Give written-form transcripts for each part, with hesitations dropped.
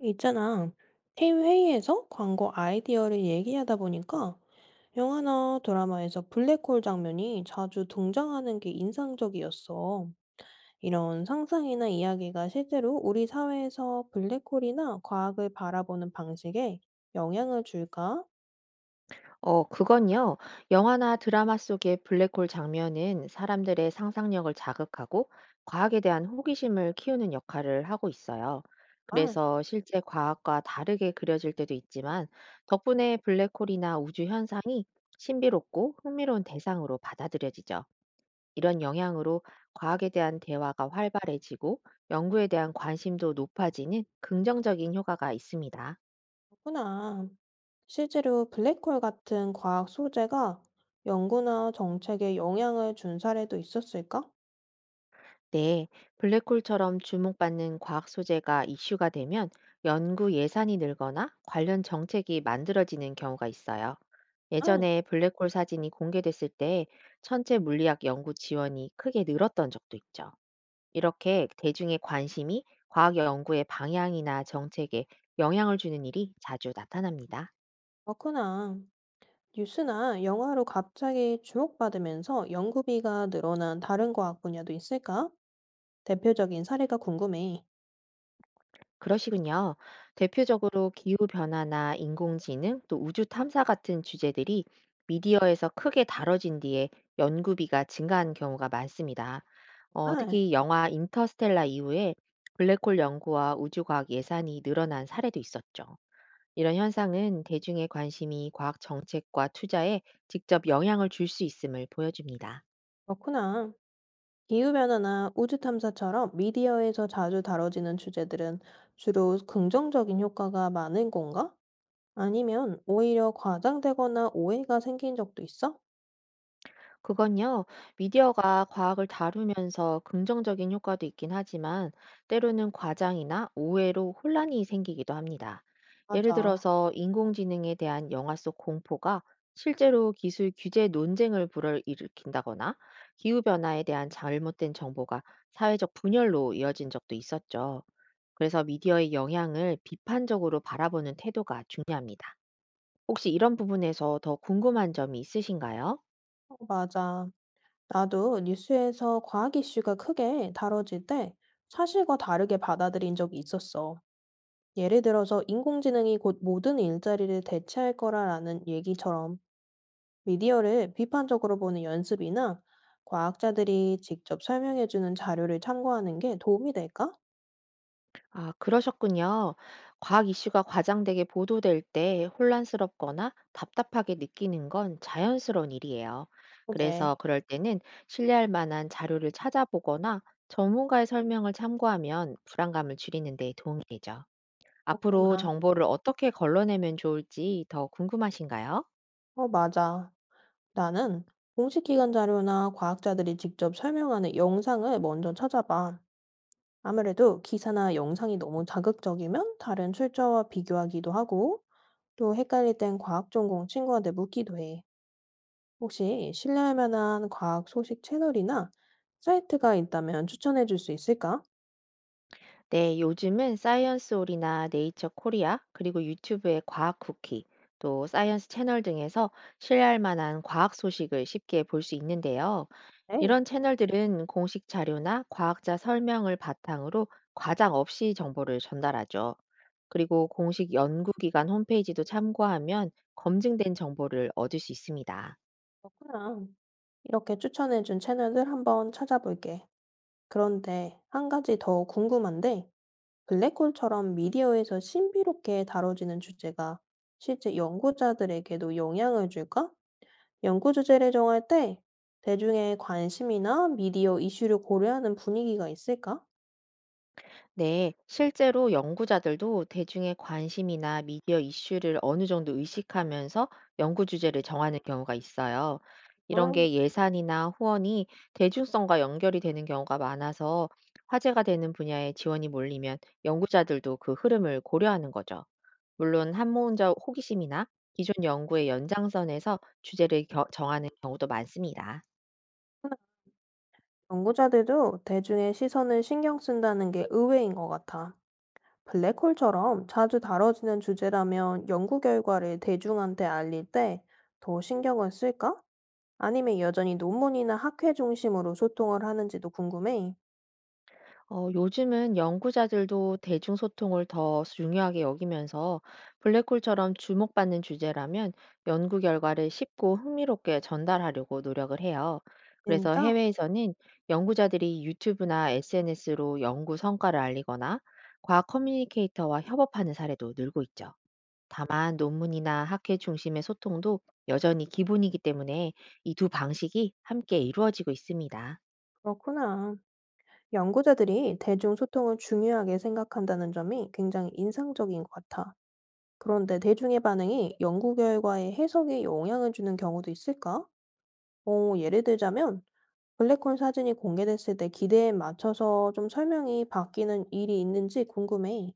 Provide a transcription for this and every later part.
있잖아. 팀 회의에서 광고 아이디어를 얘기하다 보니까 영화나 드라마에서 블랙홀 장면이 자주 등장하는 게 인상적이었어. 이런 상상이나 이야기가 실제로 우리 사회에서 블랙홀이나 과학을 바라보는 방식에 영향을 줄까? 그건요. 영화나 드라마 속의 블랙홀 장면은 사람들의 상상력을 자극하고 과학에 대한 호기심을 키우는 역할을 하고 있어요. 아, 그래서 실제 과학과 다르게 그려질 때도 있지만 덕분에 블랙홀이나 우주 현상이 신비롭고 흥미로운 대상으로 받아들여지죠. 이런 영향으로 과학에 대한 대화가 활발해지고 연구에 대한 관심도 높아지는 긍정적인 효과가 있습니다. 그렇구나. 실제로 블랙홀 같은 과학 소재가 연구나 정책에 영향을 준 사례도 있었을까? 네, 블랙홀처럼 주목받는 과학 소재가 이슈가 되면 연구 예산이 늘거나 관련 정책이 만들어지는 경우가 있어요. 아, 예전에 블랙홀 사진이 공개됐을 때 천체 물리학 연구 지원이 크게 늘었던 적도 있죠. 이렇게 대중의 관심이 과학 연구의 방향이나 정책에 영향을 주는 일이 자주 나타납니다. 그렇구나. 뉴스나 영화로 갑자기 주목받으면서 연구비가 늘어난 다른 과학 분야도 있을까? 대표적인 사례가 궁금해. 그러시군요. 대표적으로 기후변화나 인공지능 또 우주 탐사 같은 주제들이 미디어에서 크게 다뤄진 뒤에 연구비가 증가한 경우가 많습니다. 아, 특히 영화 인터스텔라 이후에 블랙홀 연구와 우주과학 예산이 늘어난 사례도 있었죠. 이런 현상은 대중의 관심이 과학 정책과 투자에 직접 영향을 줄 수 있음을 보여줍니다. 그렇구나. 기후변화나 우주 탐사처럼 미디어에서 자주 다뤄지는 주제들은 주로 긍정적인 효과가 많은 건가? 아니면 오히려 과장되거나 오해가 생긴 적도 있어? 그건요, 미디어가 과학을 다루면서 긍정적인 효과도 있긴 하지만 때로는 과장이나 오해로 혼란이 생기기도 합니다. 예를 맞아, 들어서 인공지능에 대한 영화 속 공포가 실제로 기술 규제 논쟁을 불러일으킨다거나 기후변화에 대한 잘못된 정보가 사회적 분열로 이어진 적도 있었죠. 그래서 미디어의 영향을 비판적으로 바라보는 태도가 중요합니다. 혹시 이런 부분에서 더 궁금한 점이 있으신가요? 어, 맞아. 나도 뉴스에서 과학 이슈가 크게 다뤄질 때 사실과 다르게 받아들인 적이 있었어. 예를 들어서 인공지능이 곧 모든 일자리를 대체할 거라라는 얘기처럼 미디어를 비판적으로 보는 연습이나 과학자들이 직접 설명해주는 자료를 참고하는 게 도움이 될까? 아, 그러셨군요. 과학 이슈가 과장되게 보도될 때 혼란스럽거나 답답하게 느끼는 건 자연스러운 일이에요. 그게 그래서 그럴 때는 신뢰할 만한 자료를 찾아보거나 전문가의 설명을 참고하면 불안감을 줄이는 데 도움이 되죠. 앞으로 그렇구나. 정보를 어떻게 걸러내면 좋을지 더 궁금하신가요? 어, 맞아. 나는 공식기관 자료나 과학자들이 직접 설명하는 영상을 먼저 찾아봐. 아무래도 기사나 영상이 너무 자극적이면 다른 출처와 비교하기도 하고 또 헷갈릴 땐 과학 전공 친구한테 묻기도 해. 혹시 신뢰할 만한 과학 소식 채널이나 사이트가 있다면 추천해 줄 수 있을까? 네, 요즘은 사이언스홀이나 네이처 코리아, 그리고 유튜브의 과학 쿠키, 또 사이언스 채널 등에서 신뢰할 만한 과학 소식을 쉽게 볼 수 있는데요. 에이, 이런 채널들은 공식 자료나 과학자 설명을 바탕으로 과장 없이 정보를 전달하죠. 그리고 공식 연구기관 홈페이지도 참고하면 검증된 정보를 얻을 수 있습니다. 그렇구나. 이렇게 추천해 준 채널들 한번 찾아볼게. 그런데 한 가지 더 궁금한데, 블랙홀처럼 미디어에서 신비롭게 다뤄지는 주제가 실제 연구자들에게도 영향을 줄까? 연구 주제를 정할 때 대중의 관심이나 미디어 이슈를 고려하는 분위기가 있을까? 네, 실제로 연구자들도 대중의 관심이나 미디어 이슈를 어느 정도 의식하면서 연구 주제를 정하는 경우가 있어요. 이런 게 예산이나 후원이 대중성과 연결이 되는 경우가 많아서 화제가 되는 분야에 지원이 몰리면 연구자들도 그 흐름을 고려하는 거죠. 물론 한모혼자 호기심이나 기존 연구의 연장선에서 주제를 정하는 경우도 많습니다. 연구자들도 대중의 시선을 신경 쓴다는 게 의외인 것 같아. 블랙홀처럼 자주 다뤄지는 주제라면 연구 결과를 대중한테 알릴 때 더 신경을 쓸까? 아니면 여전히 논문이나 학회 중심으로 소통을 하는지도 궁금해. 요즘은 연구자들도 대중소통을 더 중요하게 여기면서 블랙홀처럼 주목받는 주제라면 연구 결과를 쉽고 흥미롭게 전달하려고 노력을 해요. 그래서 진짜? 해외에서는 연구자들이 유튜브나 SNS로 연구 성과를 알리거나 과학 커뮤니케이터와 협업하는 사례도 늘고 있죠. 다만 논문이나 학회 중심의 소통도 여전히 기본이기 때문에 이 두 방식이 함께 이루어지고 있습니다. 그렇구나. 연구자들이 대중 소통을 중요하게 생각한다는 점이 굉장히 인상적인 것 같아. 그런데 대중의 반응이 연구 결과에 해석에 영향을 주는 경우도 있을까? 예를 들자면, 블랙홀 사진이 공개됐을 때 기대에 맞춰서 좀 설명이 바뀌는 일이 있는지 궁금해.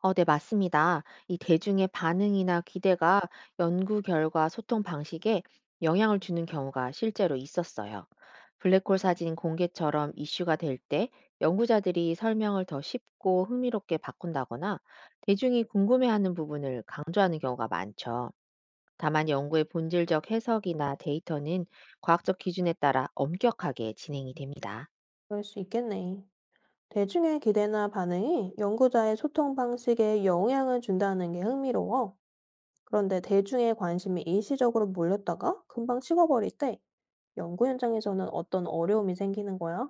네, 맞습니다. 이 대중의 반응이나 기대가 연구 결과 소통 방식에 영향을 주는 경우가 실제로 있었어요. 블랙홀 사진 공개처럼 이슈가 될 때 연구자들이 설명을 더 쉽고 흥미롭게 바꾼다거나 대중이 궁금해하는 부분을 강조하는 경우가 많죠. 다만 연구의 본질적 해석이나 데이터는 과학적 기준에 따라 엄격하게 진행이 됩니다. 그럴 수 있겠네. 대중의 기대나 반응이 연구자의 소통 방식에 영향을 준다는 게 흥미로워. 그런데 대중의 관심이 일시적으로 몰렸다가 금방 식어버릴 때 연구 현장에서는 어떤 어려움이 생기는 거야?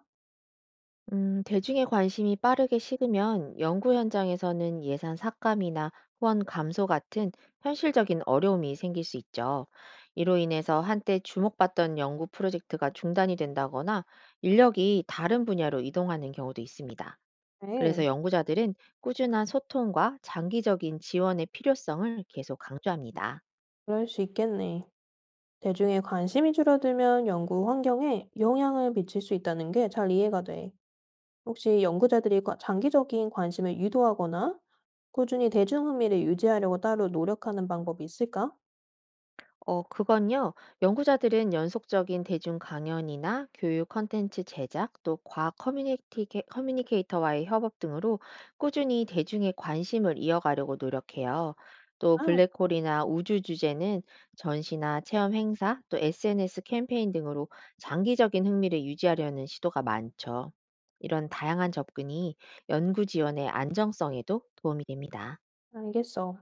대중의 관심이 빠르게 식으면 연구 현장에서는 예산 삭감이나 후원 감소 같은 현실적인 어려움이 생길 수 있죠. 이로 인해서 한때 주목받던 연구 프로젝트가 중단이 된다거나 인력이 다른 분야로 이동하는 경우도 있습니다. 네, 그래서 연구자들은 꾸준한 소통과 장기적인 지원의 필요성을 계속 강조합니다. 그럴 수 있겠네. 대중의 관심이 줄어들면 연구 환경에 영향을 미칠 수 있다는 게 잘 이해가 돼. 혹시 연구자들이 장기적인 관심을 유도하거나 꾸준히 대중 흥미를 유지하려고 따로 노력하는 방법이 있을까? 그건요. 연구자들은 연속적인 대중 강연이나 교육 콘텐츠 제작, 또 과학 커뮤니티, 커뮤니케이터와의 협업 등으로 꾸준히 대중의 관심을 이어가려고 노력해요. 또 아, 블랙홀이나 우주 주제는 전시나 체험 행사, 또 SNS 캠페인 등으로 장기적인 흥미를 유지하려는 시도가 많죠. 이런 다양한 접근이 연구 지원의 안정성에도 도움이 됩니다. 알겠어.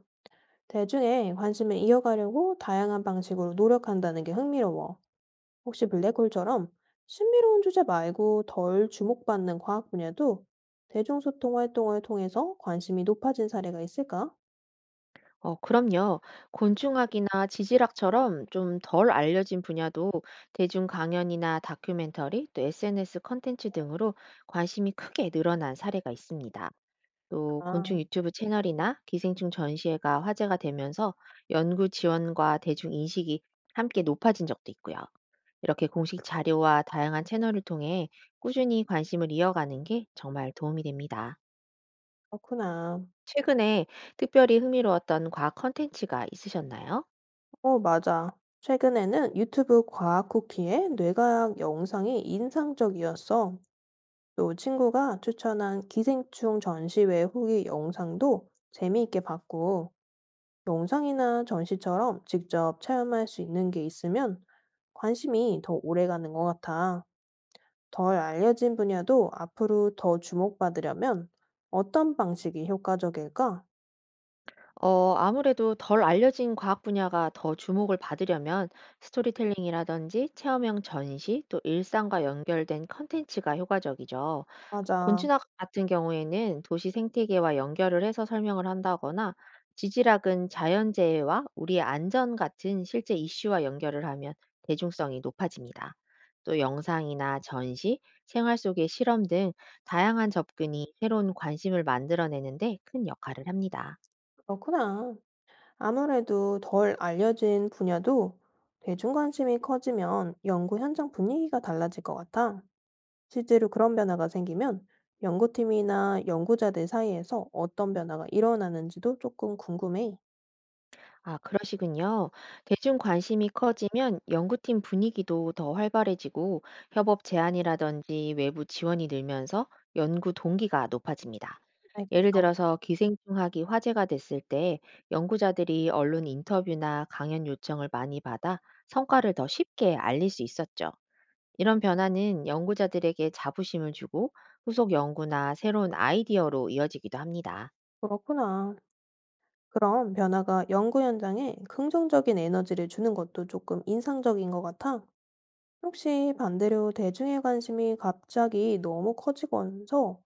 대중의 관심을 이어가려고 다양한 방식으로 노력한다는 게 흥미로워. 혹시 블랙홀처럼 신비로운 주제 말고 덜 주목받는 과학 분야도 대중소통 활동을 통해서 관심이 높아진 사례가 있을까? 그럼요. 곤충학이나 지질학처럼 좀 덜 알려진 분야도 대중 강연이나 다큐멘터리, 또 SNS 콘텐츠 등으로 관심이 크게 늘어난 사례가 있습니다. 또 곤충 아, 유튜브 채널이나 기생충 전시회가 화제가 되면서 연구 지원과 대중 인식이 함께 높아진 적도 있고요. 이렇게 공식 자료와 다양한 채널을 통해 꾸준히 관심을 이어가는 게 정말 도움이 됩니다. 그렇구나. 최근에 특별히 흥미로웠던 과학 컨텐츠가 있으셨나요? 어, 맞아. 최근에는 유튜브 과학 쿠키의 뇌과학 영상이 인상적이었어. 또 친구가 추천한 기생충 전시회 후기 영상도 재미있게 봤고, 영상이나 전시처럼 직접 체험할 수 있는 게 있으면 관심이 더 오래 가는 것 같아. 덜 알려진 분야도 앞으로 더 주목받으려면 어떤 방식이 효과적일까? 아무래도 덜 알려진 과학 분야가 더 주목을 받으려면 스토리텔링이라든지 체험형 전시, 또 일상과 연결된 컨텐츠가 효과적이죠. 맞아, 곤충학 같은 경우에는 도시 생태계와 연결을 해서 설명을 한다거나 지질학은 자연재해와 우리의 안전 같은 실제 이슈와 연결을 하면 대중성이 높아집니다. 또 영상이나 전시, 생활 속의 실험 등 다양한 접근이 새로운 관심을 만들어내는데 큰 역할을 합니다. 그렇구나. 아무래도 덜 알려진 분야도 대중 관심이 커지면 연구 현장 분위기가 달라질 것 같아. 실제로 그런 변화가 생기면 연구팀이나 연구자들 사이에서 어떤 변화가 일어나는지도 조금 궁금해. 아, 그러시군요. 대중 관심이 커지면 연구팀 분위기도 더 활발해지고 협업 제안이라든지 외부 지원이 늘면서 연구 동기가 높아집니다. 예를 알겠어. 들어서 기생충학이 화제가 됐을 때 연구자들이 언론 인터뷰나 강연 요청을 많이 받아 성과를 더 쉽게 알릴 수 있었죠. 이런 변화는 연구자들에게 자부심을 주고 후속 연구나 새로운 아이디어로 이어지기도 합니다. 그렇구나. 그럼 변화가 연구 현장에 긍정적인 에너지를 주는 것도 조금 인상적인 것 같아. 혹시 반대로 대중의 관심이 갑자기 너무 커지면서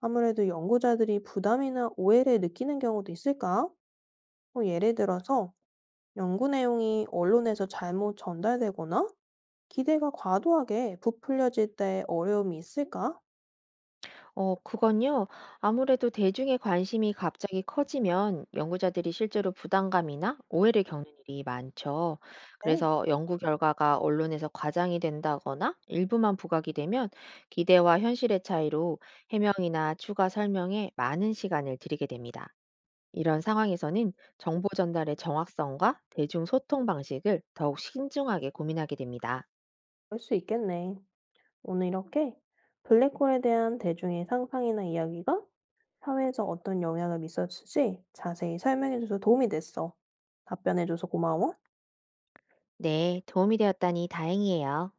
아무래도 연구자들이 부담이나 오해를 느끼는 경우도 있을까? 뭐 예를 들어서 연구 내용이 언론에서 잘못 전달되거나 기대가 과도하게 부풀려질 때 어려움이 있을까? 그건요. 아무래도 대중의 관심이 갑자기 커지면 연구자들이 실제로 부담감이나 오해를 겪는 일이 많죠. 네, 그래서 연구 결과가 언론에서 과장이 된다거나 일부만 부각이 되면 기대와 현실의 차이로 해명이나 추가 설명에 많은 시간을 들이게 됩니다. 이런 상황에서는 정보 전달의 정확성과 대중 소통 방식을 더욱 신중하게 고민하게 됩니다. 그럴 수 있겠네. 오늘 이렇게 블랙홀에 대한 대중의 상상이나 이야기가 사회에서 어떤 영향을 미쳤을지 자세히 설명해줘서 도움이 됐어. 답변해줘서 고마워. 네, 도움이 되었다니 다행이에요.